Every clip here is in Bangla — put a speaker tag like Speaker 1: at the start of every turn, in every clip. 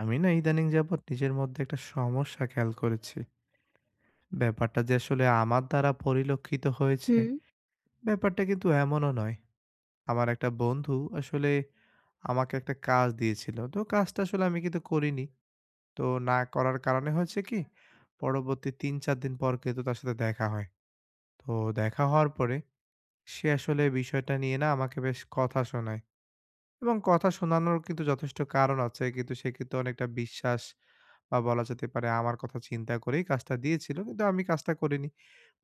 Speaker 1: আমি না ইদানিং যাবৎ নিজের মধ্যে একটা সমস্যা খেয়াল করেছি। ব্যাপারটা যে আসলে আমার দ্বারা পরিলক্ষিত হয়েছে,
Speaker 2: হুম,
Speaker 1: ব্যাপারটা কিন্তু এমনও নয়। আমার একটা বন্ধু আসলে আমাকে একটা কাজ দিয়েছিল। তো কাজটা আসলে আমি কিন্তু করিনি। তো না করার কারণে হয়েছে কি, পরবর্তী ৩-৪ দিন পর কিন্তু তার সাথে দেখা হয়। তো দেখা হওয়ার পরে সে আসলে বিষয়টা নিয়ে না আমাকে বেশ কথা শোনায়। এবং কথা শোনানোর কিন্তু যথেষ্ট কারণ আছে। কিন্তু সে কিন্তু অনেকটা বিশ্বাস বা বলা যেতে পারে আমার কথা চিন্তা করেই কাজটা দিয়েছিল। কিন্তু আমি কাজটা করিনি।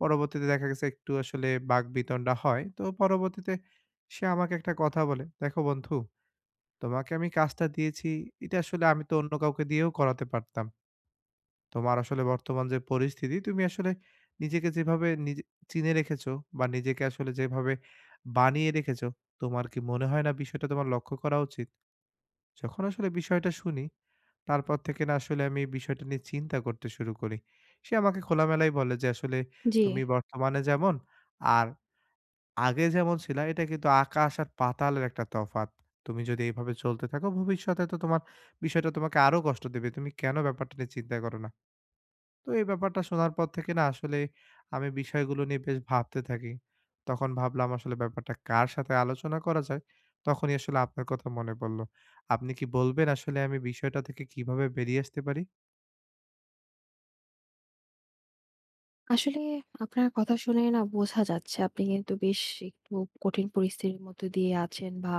Speaker 1: পরবর্তীতে দেখা গেছে একটু আসলে বাকবিতণ্ডা হয়। তো পরবর্তীতে সে আমাকে একটা কথা বলে, "দেখো বন্ধু, তোমাকে আমি কাজটা দিয়েছি, এটা আসলে আমি তো অন্য কাউকে দিয়েও করাতে পারতাম। তোমার আসলে বর্তমান যে পরিস্থিতি, তুমি আসলে নিজেকে যেভাবে নিজে চিনে রেখেছো বা নিজেকে আসলে যেভাবে বানিয়ে রেখেছো, তোমার কি মনে হয় না বিষয়টা তোমার লক্ষ্য করা উচিত?" যখন আসলে বিষয়টা শুনি, তারপর থেকে না আসলে আমি এই বিষয়টা নিয়ে চিন্তা করতে শুরু করি। সে আমাকে খোলামেলাই বলে যে, "আসলে
Speaker 2: জি।
Speaker 1: তুমি বর্তমানে যেমন আর আগে যেমন ছিলা, এটা কিন্তু আকাশ আর পাতালের একটা তফাৎ। তুমি যদি এভাবে চলতে থাকো, ভবিষ্যতে তো তোমার বিষয়টা তোমাকে আরো কষ্ট দেবে। তুমি কেন ব্যাপারটা নিয়ে চিন্তা করো না?" তো এই ব্যাপারটা শোনার পর থেকে না আসলে আমি বিষয়গুলো নিয়ে বেশ ভাবতে থাকি। তখন ভাবলাম আসলে ব্যাপারটা কার সাথে আলোচনা করা যায়, তখনই আসলে আপনার কথা মনে পড়ল। আপনি কি বলবেন আসলে আমি বিষয়টা থেকে কিভাবে বেরিয়ে আসতে পারি?
Speaker 2: আসলে আপনার কথা শুনে না বোঝা যাচ্ছে আপনি কিন্তু বেশ একটু কঠিন পরিস্থিতির মধ্য দিয়ে আছেন বা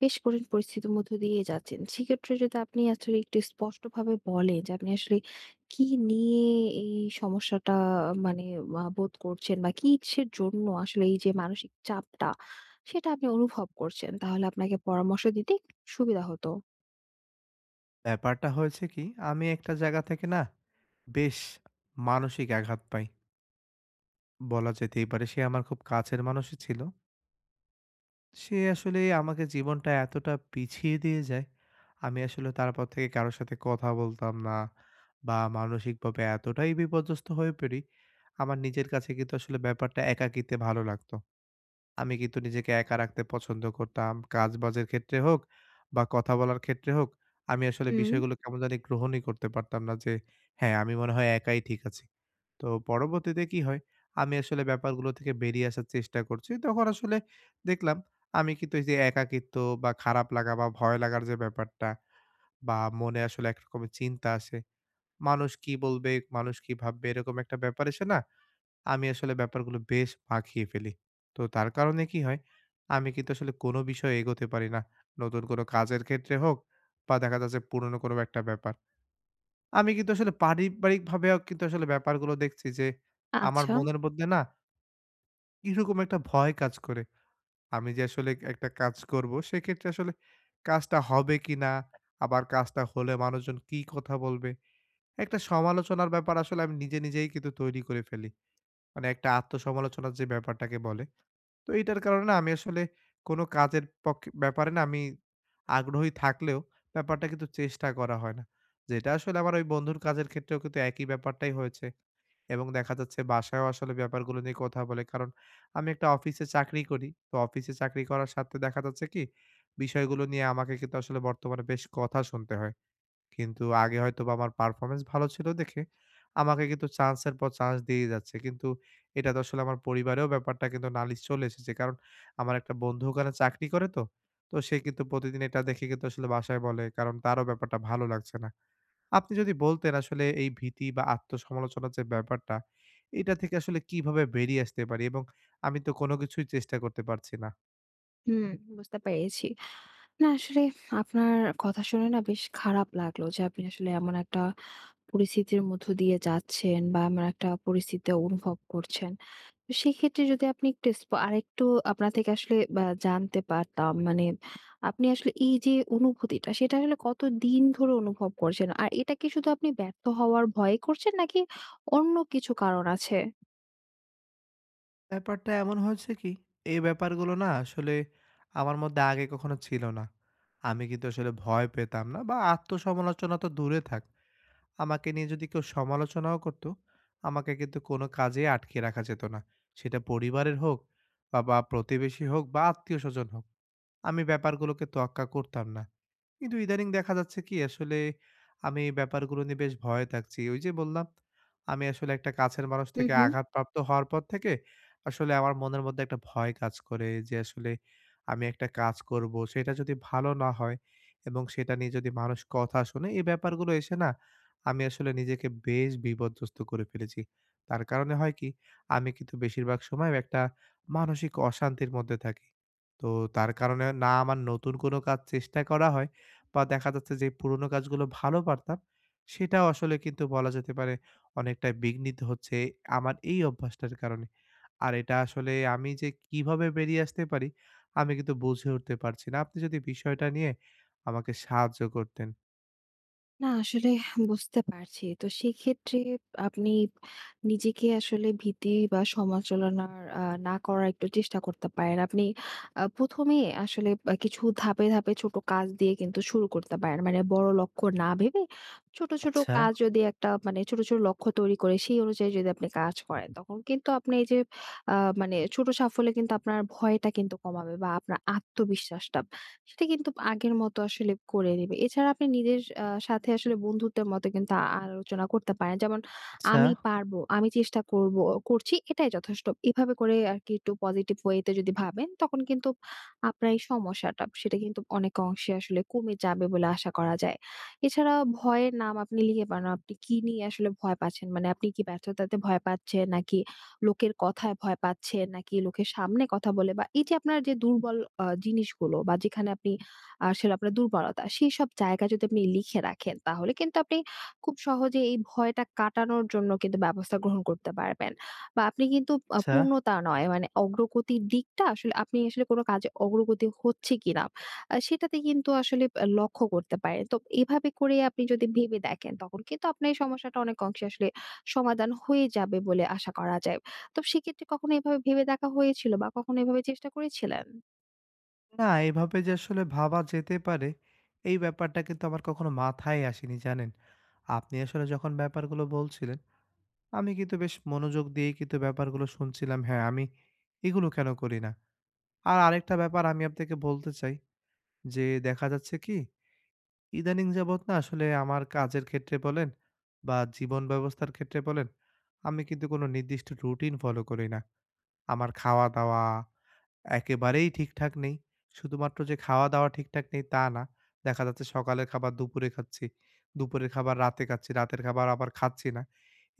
Speaker 2: বেশ কঠিন পরিস্থিতির মধ্য দিয়ে যাচ্ছেন। সেক্ষেত্রে যদি আপনি আসলে একটু স্পষ্টভাবে বলেন যে আপনি আসলে কি নিয়ে এই সমস্যাটা মানে বোধ করছেন বা কিসের জন্য আসলে এই যে মানসিক চাপটা সেটা আপনি অনুভব করছেন। তাহলে আপনাকে পরামর্শ দিতে সুবিধা হতো।
Speaker 1: ব্যাপারটা হয়েছে কি আমি একটা জায়গা থেকে না বেশ মানসিক আঘাত পাই। বলা যেতেই পারে সে আমার খুব কাছের মানুষই ছিল। সে আসলে আমাকে জীবনটা এতটা পিছিয়ে দিয়ে যায়, আমি আসলে তারপর থেকে কারো সাথে কথা বলতাম না বা মানসিকভাবে এতটাই বিপর্যস্ত হয়ে পড়ি, আমার নিজের কাছে কিন্তু আসলে ব্যাপারটা একাকিত্বে ভালো লাগতো। আমি কিন্তু নিজেকে একা রাখতে পছন্দ করতাম। কাজবাজের ক্ষেত্রে হোক বা কথা বলার ক্ষেত্রে হোক, আমি আসলে
Speaker 2: হুম।
Speaker 1: বিষয়গুলো কেমন জানি গ্রহণই করতে পারতাম না যে, হ্যাঁ, আমি মনে হয় একাই ঠিক আছি। তো পরবর্তীতে কি হয়, আমি আসলে ব্যাপারগুলো থেকে বেরিয়ে আসার চেষ্টা করছি। তখন আসলে দেখলাম আমি কিন্তু এই যে একাকিত্ব বা খারাপ লাগা বা ভয় লাগার যে ব্যাপারটা বা মনে আসলে একরকমের চিন্তা আসে। মানুষ কি বলবে, মানুষ কি ভাববে এরকম একটা ব্যাপার এসে না আমি আসলে ব্যাপারগুলো বেশ মাখিয়ে ফেলি। তো তার কারণে কি হয়, আমি কিন্তু আসলে কোনো বিষয়ে এগোতে পারি না। নতুন কোনো কাজের ক্ষেত্রে হোক বা দেখা যাচ্ছে পুরনো কোনো একটা ব্যাপার। আমি কিন্তু আসলে পারিবারিকভাবেও কিন্তু আসলে ব্যাপারগুলো দেখছি যে আমার
Speaker 2: আচ্ছা,
Speaker 1: মনের মধ্যে না কিরকম একটা ভয় কাজ করে। আমি যে আসলে একটা কাজ করবো সেক্ষেত্রে আসলে কাজটা হবে কিনা? আবার কাজটা হলে মানুষজন কি কথা বলবে? একটা সমালোচনার ব্যাপার আসলে আমি নিজে নিজেই কিন্তু তৈরি করে ফেলি। মানে একটা আত্মসমালোচনার যে ব্যাপারটাকে বলে তো এইটার কারণে না আমি আসলে কোনো কাজের পক্ষে ব্যাপারে না আমি আগ্রহী থাকলেও ব্যাপারটা কিন্তু চেষ্টা করা হয় না। যেটা আসলে আমার ওই বন্ধুর কাজের ক্ষেত্রেও কিন্তু একই ব্যাপারটাই হয়েছে এবং দেখা যাচ্ছে বাসায়ও আসলে ব্যাপারগুলো নিয়ে কথা বলে। কারণ আমি একটা অফিসে চাকরি করি। তো অফিসে চাকরি করার সাথে দেখা যাচ্ছে কি বিষয়গুলো নিয়ে আমাকে কিন্তু আসলে বর্তমানে বেশ কথা শুনতে হয়। কিন্তু আগে হয়তোবা আমার পারফরম্যান্স ভালো ছিল দেখে আমাকে কিন্তু চান্সের পর চান্স দিয়েই যাচ্ছে। কিন্তু এটা তো আসলে আমার পরিবারেও ব্যাপারটা কিন্তু নালিশ চলে এসেছে। কারণ আমার একটা বন্ধু ওখানে চাকরি করে তো। তো সে কিন্তু প্রতিদিন এটা দেখে কিন্তু আসলে বাসায় বলে কারণ তারও ব্যাপারটা ভালো লাগছে না। আপনি যদি বলতেন আসলে এই ভীতি বা আত্মসমালোচনার যে ব্যাপারটা, এটা থেকে আসলে কিভাবে বেরিয়ে আসতে পারি? এবং আমি তো কোনো কিছুই চেষ্টা করতে পারছি না।
Speaker 2: হুম, বুঝতে পেরেছি। না আসলে আপনার কথা শুনে না বেশ খারাপ লাগলো যে আপনি আসলে এমন একটা পরিস্থিতির মধ্য দিয়ে যাচ্ছেন বা এমন একটা পরিস্থিতি অনুভব করছেন। তো সেক্ষেত্রে যদি আপনি একটু আরেকটু আপনার থেকে আসলে বা জানতে পারতাম মানে আপনি আসলে এই যে অনুভূতিটা সেটা আসলে কতদিন ধরে অনুভব করছেন? আর এটা কি শুধু আপনি ব্যর্থ হওয়ার ভয়ে করছেন নাকি অন্য কিছু কারণ আছে?
Speaker 1: ব্যাপারটা এমন হয়েছে কি, এই ব্যাপারগুলো না আসলে আমার মধ্যে আগে কখনো ছিল না। আমি কিন্তু আসলে ভয় পেতাম না বা আত্মসমালোচনা তো দূরে থাক। আমাকে নিয়ে যদি কেউ সমালোচনাও করতো, আমাকে কিন্তু কোনো কাজে আটকে রাখা যেত না। সেটা পরিবারের হোক বা প্রতিবেশী হোক বা আত্মীয়স্বজন হোক। আমি ব্যাপারগুলোকে তোয়াক্কা করতাম না। কিন্তু ইদানিং দেখা যাচ্ছে কি আসলে আমি এই ব্যাপারগুলো নিয়ে বেশ ভয়ে থাকছি। ওই যে বললাম, আমি আসলে একটা কাছের মানুষ
Speaker 2: হু,
Speaker 1: থেকে
Speaker 2: হু।
Speaker 1: আঘাতপ্রাপ্ত হওয়ার পর থেকে আসলে আমার মনের মধ্যে একটা ভয় কাজ করে যে আসলে আমি একটা কাজ করব, সেটা যদি ভালো না হয় এবং সেটা নিয়ে যদি মানুষ কথা শোনে, এই ব্যাপারগুলো এসে না আমি আসলে নিজেকে বেশ বিপর্যস্ত করে ফেলেছি। তার কারণে হয় কি, আমি কিন্তু বেশিরভাগ সময় একটা মানসিক অশান্তির মধ্যে থাকি। তো তার কারণে না আমার নতুন কোনো কাজ চেষ্টা করা হয় বা দেখা যাচ্ছে যে পুরোনো কাজগুলো ভালো পারতাম, সেটাও আসলে কিন্তু বলা যেতে পারে অনেকটা বিঘ্নিত হচ্ছে আমার এই অভ্যাসটার কারণে। আর এটা আসলে আমি যে কিভাবে বেরিয়ে আসতে পারি, আমি কিন্তু বুঝে উঠতে পারছি না। আপনি যদি বিষয়টা নিয়ে আমাকে সাহায্য করতেন।
Speaker 2: না আসলে বুঝতে পারছি। তো সেক্ষেত্রে আপনি নিজেকে আসলে ভীতি বা সমালোচনার না করার একটু চেষ্টা করতে পারেন। আপনি ১ম এই আসলে কিছু ধাপে, ধাপে ছোট কাজ দিয়ে কিন্তু শুরু করতে পারেন। মানে বড় লক্ষ্য না ভেবে ছোট, ছোট
Speaker 1: আচ্ছা,
Speaker 2: কাজ যদি একটা মানে ছোট, ছোট লক্ষ্য তৈরি করে সেই অনুযায়ী যদি আপনি কাজ করেন, তখন কিন্তু আপনি এই যে আ মানে ছোট সাফল্যে কিন্তু আপনার ভয়টা কিন্তু কমাবে বা আপনার আত্মবিশ্বাসটা সেটা কিন্তু আগের মতো আসলে করে নেবে। এছাড়া আপনি নিজের সাথে আসলে বন্ধুত্বের মতো কিন্তু আলোচনা করতে পারেন। যেমন
Speaker 1: আচ্ছা,
Speaker 2: আমি পারবো, আমি চেষ্টা করব করছি এটাই যথেষ্ট। এভাবে করে আরকি একটু পজিটিভ ওয়ে তে যদি ভাবেন তখন কিন্তু আপনার এই সমস্যাটা সেটা কিন্তু অনেক অংশে আসলে কমে যাবে বলে আশা করা যায়। এছাড়া ভয়ের নাম আপনি লিখে পারেন। আপনি কি নিয়ে আসলে ভয় পাচ্ছেন? মানে আপনি কি ব্যর্থতাতে ভয় পাচ্ছেন নাকি লোকের কথায় ভয় পাচ্ছেন নাকি লোকের সামনে কথা বলে বা এই যে আপনার যে দুর্বল জিনিসগুলো বা যেখানে আপনি আসলে আপনার দুর্বলতা, সেইসব জায়গা যদি আপনি লিখে রাখেন তাহলে কিন্তু আপনি খুব সহজে এই ভয়টা কাটানোর জন্য কিন্তু ব্যবস্থা গ্রহণ করতে পারবেন। বা আপনি কিন্তু
Speaker 1: আচ্ছা।
Speaker 2: পূর্ণতা নয় মানে অগ্রগতির দিকটা আসলে আপনি আসলে কোনো কাজে অগ্রগতি হচ্ছে কিনা সেটাতে কিন্তু আসলে লক্ষ্য করতে পারেন। তো এভাবে করে আপনি যদি ভেবে দেখেন তখন কিন্তু আপনার এই সমস্যাটা অনেক অংশে আসলে সমাধান হয়ে যাবে বলে আশা করা যায়। তো সেক্ষেত্রে কখনো এভাবে ভেবে দেখা হয়েছিল বা কখনো এভাবে চেষ্টা করেছিলেন?
Speaker 1: না, এভাবে যে আসলে ভাবা যেতে পারে, এই ব্যাপারটা কিন্তু আমার কখনো মাথায় আসেনি, জানেন? আপনি আসলে যখন ব্যাপারগুলো বলছিলেন, আমি কিন্তু বেশ মনোযোগ দিয়েই কিন্তু ব্যাপারগুলো শুনছিলাম। হ্যাঁ, আমি এগুলো কেন করি না? আর আরেকটা ব্যাপার আমি আপনাকে বলতে চাই যে, দেখা যাচ্ছে কি? ইদানিং যাবৎ না আসলে আমার কাজের ক্ষেত্রে বলেন বা জীবন ব্যবস্থার ক্ষেত্রে বলেন, আমি কিন্তু কোনো নির্দিষ্ট রুটিন ফলো করি না। আমার খাওয়া-দাওয়া একেবারেই ঠিকঠাক নেই। শুধুমাত্র যে খাওয়া-দাওয়া ঠিকঠাক নেই তা না। দেখা যাচ্ছে সকালের খাবার দুপুরে খাচ্ছি, দুপুরের খাবার রাতে খাচ্ছি, রাতের খাবার আবার খাচ্ছি না।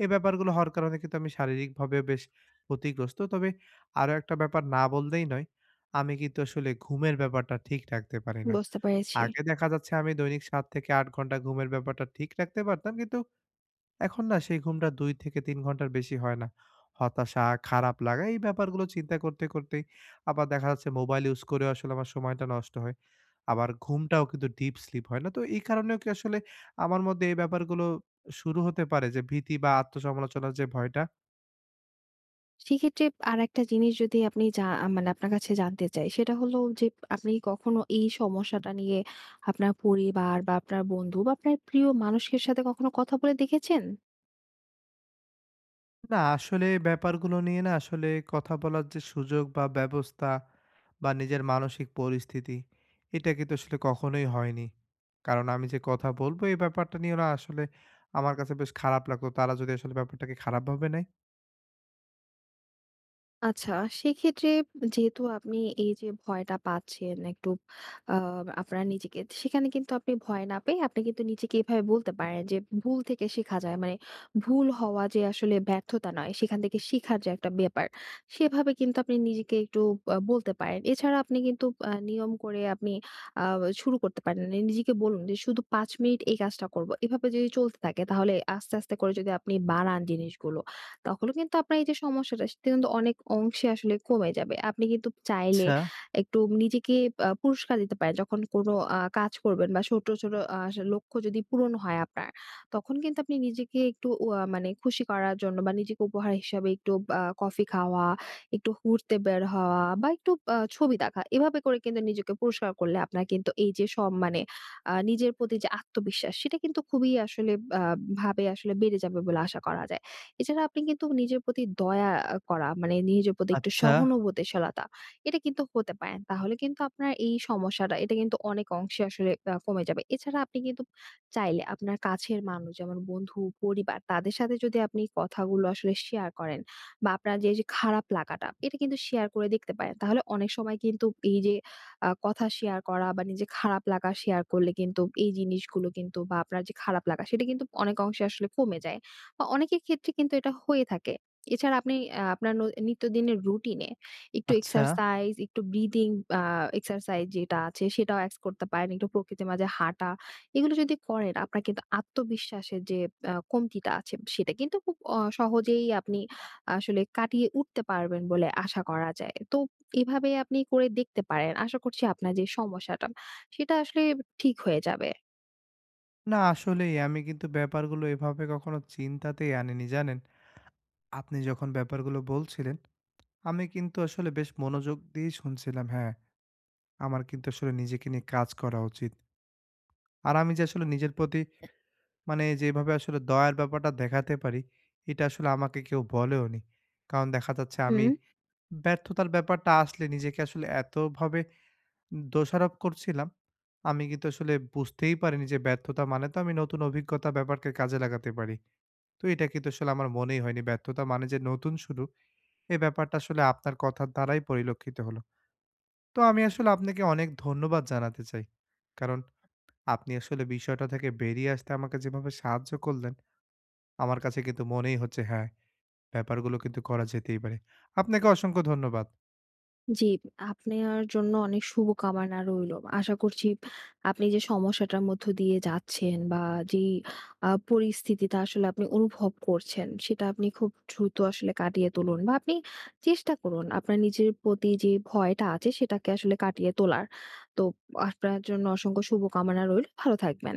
Speaker 1: এই ব্যাপারগুলো হওয়ার কারণে কিন্তু আমি শারীরিকভাবে বেশ ক্ষতিগ্রস্ত। তবে আরো একটা ব্যাপার না বললেই নয়। আমি কিন্তু আসলে ঘুমের ব্যাপারটা ঠিক রাখতে পারি না।
Speaker 2: বুঝতে পেরেছি।
Speaker 1: আগে দেখা যাচ্ছে আমি দৈনিক ৭ থেকে ৮ ঘন্টা ঘুমের ব্যাপারটা ঠিক রাখতে পারতাম। কিন্তু এখন না সেই ঘুমটা ২ থেকে ৩ ঘন্টার বেশি হয় না। হতাশা, খারাপ লাগা এই ব্যাপারগুলো চিন্তা করতে, করতেই আবার দেখা যাচ্ছে মোবাইল ইউজ করেও আসলে আমার সময়টা নষ্ট হয়। আবার ঘুমটাও কিন্তু ডিপ স্লিপ হয় না। তো এই কারণেও কি আসলে আমার মধ্যে এই ব্যাপারগুলো শুরু হতে পারে যে ভীতি বা আত্মসমালোচনার যে ভয়টা?
Speaker 2: সেক্ষেত্রে আরেকটা জিনিস যদি আপনি মানে আপনার কাছে জানতে চাই, সেটা হলো যে আপনি কি কখনো এই সমস্যাটা নিয়ে আপনার পরিবার বা আপনার বন্ধু বা আপনার প্রিয় মানুষের সাথে কখনো কথা বলে দেখেছেন?
Speaker 1: না, আসলে এই ব্যাপারগুলো নিয়ে না আসলে কথা বলার যে সুযোগ বা ব্যবস্থা বা নিজের মানসিক পরিস্থিতি এটা কিন্তু আসলে কখনোই হয়নি। কারণ আমি যে কথা বলবো এই ব্যাপারটা নিয়ে না আসলে আমার কাছে বেশ খারাপ লাগতো। তারা যদি আসলে ব্যাপারটাকে খারাপভাবে নেয়।
Speaker 2: আচ্ছা, সেক্ষেত্রে যেহেতু আপনি এই যে ভয়টা পাচ্ছেন একটু আ আপনার নিজেকে সেখানে কিন্তু আপনি ভয় না পেয়ে আপনি কিন্তু নিজেকে এভাবে বলতে পারেন যে ভুল থেকে শেখা যায়। মানে ভুল হওয়া যে আসলে ব্যর্থতা নয় সেখান থেকে শিখার যে একটা ব্যাপার সেভাবে কিন্তু আপনি নিজেকে একটু বলতে পারেন। এছাড়া আপনি কিন্তু নিয়ম করে আপনি আ শুরু করতে পারেন। মানে নিজেকে বলুন যে শুধু ৫ মিনিট এই কাজটা করব। এভাবে যদি চলতে থাকে তাহলে আস্তে, আস্তে করে যদি আপনি বাড়ান জিনিসগুলো তখনও কিন্তু আপনার এই যে সমস্যাটা সেটা কিন্তু অনেক অংশে আসলে কমে যাবে। আপনি কিন্তু চাইলে
Speaker 1: আচ্ছা,
Speaker 2: একটু নিজেকে পুরস্কার দিতে পারেন। যখন কোনো কাজ করবেন বা ছোট, ছোট লক্ষ্য যদি পূরণ হয় আপনার, তখন কিন্তু আপনি নিজেকে একটু মানে খুশি করার জন্য বা নিজেকে উপহার হিসাবে একটু কফি খাওয়া, একটু ঘুরতে বের হওয়া বা একটু ছবি দেখা। এভাবে করে কিন্তু নিজেকে পুরস্কার করলে আপনার কিন্তু এই যে সব মানে নিজের প্রতি যে আত্মবিশ্বাস সেটা কিন্তু খুবই আসলে আ ভাবে আসলে বেড়ে যাবে বলে আশা করা যায়। এছাড়া আপনি কিন্তু নিজের প্রতি দয়া করা মানে নিজের প্রতি একটু
Speaker 1: আচ্ছা,
Speaker 2: সহানুভূতিশীলতা এটা কিন্তু হতে পারেন। তাহলে কিন্তু আপনার এই সমস্যাটা এটা কিন্তু অনেক অংশে আসলে কমে যাবে। এছাড়া আপনি কিন্তু চাইলে আপনার কাছের মানুষ যেমন বন্ধু, পরিবার তাদের সাথে যদি আপনি কথাগুলো আসলে শেয়ার করেন বা আপনার যে খারাপ লাগাটা এটা কিন্তু শেয়ার করে দেখতে পারেন। তাহলে অনেক সময় কিন্তু এই যে কথা শেয়ার করা বা নিজের খারাপ লাগা শেয়ার করলে কিন্তু এই জিনিসগুলো কিন্তু বা আপনার যে খারাপ লাগা সেটা কিন্তু অনেক অংশে আসলে কমে যায়। বা অনেকের ক্ষেত্রে কিন্তু এটা হয়ে থাকে। এছাড়া আপনি আপনার নিত্যদিনের রুটিনে একটু
Speaker 1: আচ্ছা।
Speaker 2: এক্সারসাইজ, একটু ব্রিদিং আ এক্সারসাইজ যেটা আছে সেটাও এড করতে পারেন। একটু প্রকৃতির মাঝে হাঁটা। এগুলো যদি করেন আপনার কিন্তু আত্মবিশ্বাসের যে কমতিটা আছে সেটা কিন্তু খুব সহজেই আপনি আসলে কাটিয়ে উঠতে পারবেন বলে আশা করা যায়। তো এভাবে আপনি করে দেখতে পারেন। আশা করছি আপনার যে সমস্যাটা সেটা আসলে ঠিক হয়ে যাবে।
Speaker 1: না, আসলেই আমি কিন্তু ব্যাপারগুলো এভাবে কখনো চিন্তাতেই আনিনি জানেন? আপনি যখন ব্যাপারগুলো বলছিলেন, আমি কিন্তু আসলে বেশ মনোযোগ দিয়েই শুনছিলাম। হ্যাঁ, আমার কিন্তু আসলে নিজেকে নিয়ে কাজ করা উচিত। আর আমি যে আসলে নিজের প্রতি মানে যেভাবে আসলে দয়ার ব্যাপারটা দেখাতে পারি, এটা আসলে আমাকে কেউ বলেওনি। কারণ দেখা যাচ্ছে আমি
Speaker 2: হুম।
Speaker 1: ব্যর্থতার ব্যাপারটা আসলে নিজেকে আসলে এতভাবে দোষারোপ করছিলাম, আমি কিন্তু আসলে বুঝতেই পারিনি যে ব্যর্থতা মানে তো আমি নতুন অভিজ্ঞতা ব্যাপারকে কাজে লাগাতে পারি। তো এটা কিন্তু আসলে আমার মনেই হয়নি। ব্যর্থতা মানে যে নতুন শুরু, এ ব্যাপারটা আসলে আপনার কথার দ্বারাই পরিলক্ষিত হলো। তো আমি আসলে আপনাকে অনেক ধন্যবাদ জানাতে চাই। কারণ আপনি আসলে বিষয়টা থেকে বেরিয়ে আসতে আমাকে যেভাবে সাহায্য করলেন, আমার কাছে কিন্তু মনেই হচ্ছে হ্যাঁ, ব্যাপারগুলো কিন্তু করা যেতেই পারে। আপনাকে অসংখ্য ধন্যবাদ।
Speaker 2: জি, আপনার জন্য অনেক শুভকামনা রইলো। আশা করছি আপনি যে সমস্যাটার মধ্য দিয়ে যাচ্ছেন বা যেই পরিস্থিতিটা আসলে আপনি অনুভব করছেন, সেটা আপনি খুব দ্রুত আসলে কাটিয়ে তুলুন বা আপনি চেষ্টা করুন আপনার নিজের প্রতি যে ভয়টা আছে সেটাকে আসলে কাটিয়ে তোলার। তো আপনার জন্য অসংখ্য শুভকামনা রইলো। ভালো থাকবেন।